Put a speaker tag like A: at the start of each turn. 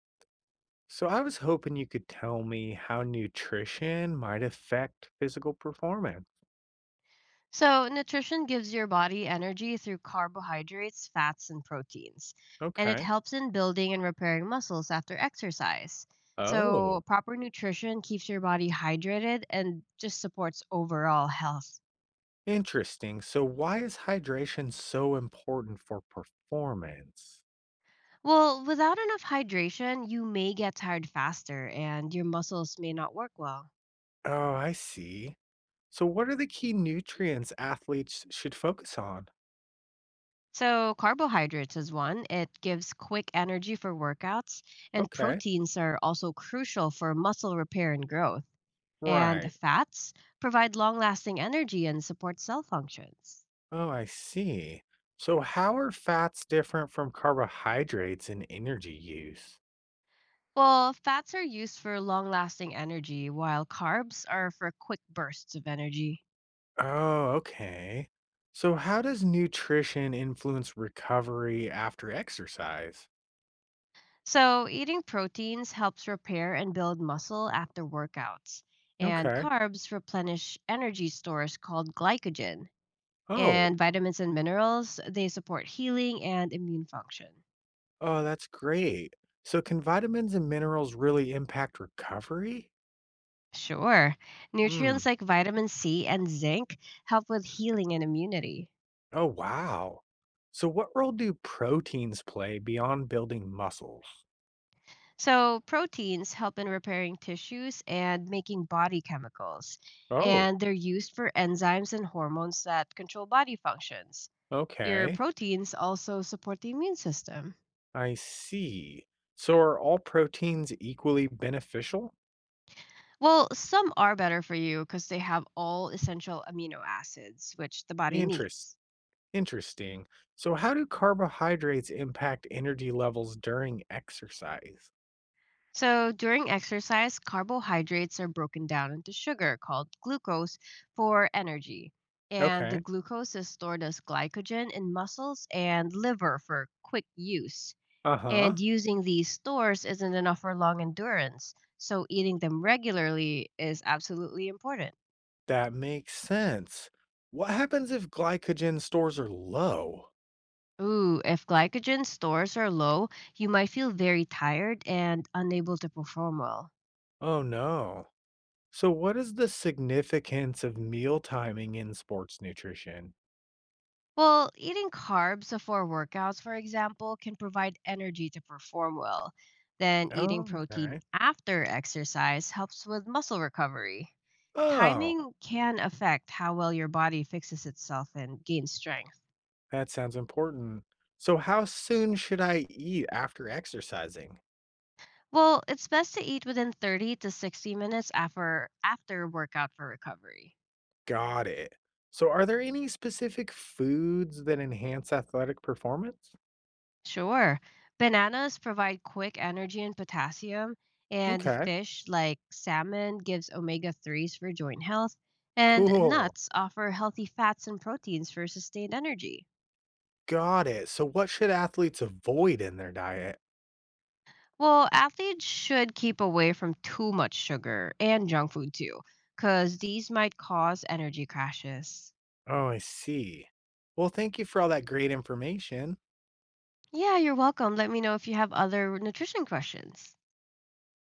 A: So I was hoping you could tell me how nutrition might affect physical performance.
B: So, nutrition gives your body energy through carbohydrates, fats, and proteins, and it
A: Okay.
B: helps in building and repairing muscles after exercise. So,
A: Oh,
B: proper nutrition keeps your body hydrated and just supports overall health.
A: interesting. So why is hydration so important for performance?
B: Well, without enough hydration, you may get tired faster and your muscles may not work well.
A: Oh, I see. So what are the key nutrients athletes should focus on?
B: So, carbohydrates is one. It gives quick energy for workouts, and
A: Okay.
B: proteins are also crucial for muscle repair and growth. And
A: Right.
B: fats provide long lasting energy and support cell functions.
A: Oh, I see. So how are fats different from carbohydrates in energy use?
B: Well, fats are used for long lasting energy, while carbs are for quick bursts of energy.
A: Oh, okay. So, how does nutrition influence recovery after exercise?
B: So, eating proteins helps repair and build muscle after workouts, and
A: Okay.
B: carbs replenish energy stores called glycogen.
A: Oh,
B: And vitamins and minerals, they support healing and immune function.
A: oh, that's great. So, can vitamins and minerals really impact recovery?
B: Sure,
A: Hmm.
B: nutrients like vitamin C and zinc help with healing and immunity.
A: Oh, wow. So, what role do proteins play beyond building muscles?
B: So, proteins help in repairing tissues and making body chemicals,
A: Oh,
B: and they're used for enzymes and hormones that control body functions. Your
A: okay.
B: proteins also support the immune system.
A: I see. So, are all proteins equally beneficial?
B: Well, some are better for you because they have all essential amino acids, which the body
A: Interesting.
B: needs.
A: Interesting. So, how do carbohydrates impact energy levels during exercise?
B: So, during exercise, carbohydrates are broken down into sugar called glucose for energy. And the
A: Okay.
B: glucose is stored as glycogen in muscles and liver for quick use.
A: Uh huh.
B: And using these stores isn't enough for long endurance, so eating them regularly is absolutely important.
A: That makes sense. What happens if glycogen stores are low?
B: Ooh, if glycogen stores are low, you might feel very tired and unable to perform well.
A: Oh, no. So, what is the significance of meal timing in sports nutrition?
B: Well, eating carbs before workouts, for example, can provide energy to perform well. Then eating
A: Oh,
B: protein
A: okay.
B: after exercise helps with muscle recovery.
A: Oh,
B: Timing can affect how well your body fixes itself and gains strength.
A: that sounds important. So, how soon should I eat after exercising?
B: Well, it's best to eat within 30 to 60 minutes after workout for recovery.
A: Got it. So, are there any specific foods that enhance athletic performance?
B: Sure. Bananas provide quick energy and potassium, and
A: Okay,
B: fish like salmon gives omega 3s for joint health, and
A: cool.
B: nuts offer healthy fats and proteins for sustained energy.
A: Got it. So, what should athletes avoid in their diet?
B: Well, athletes should keep away from too much sugar and junk food too, because these might cause energy crashes.
A: Oh, I see. Well, thank you for all that great information.
B: Yeah, you're welcome. Let me know if you have other nutrition questions.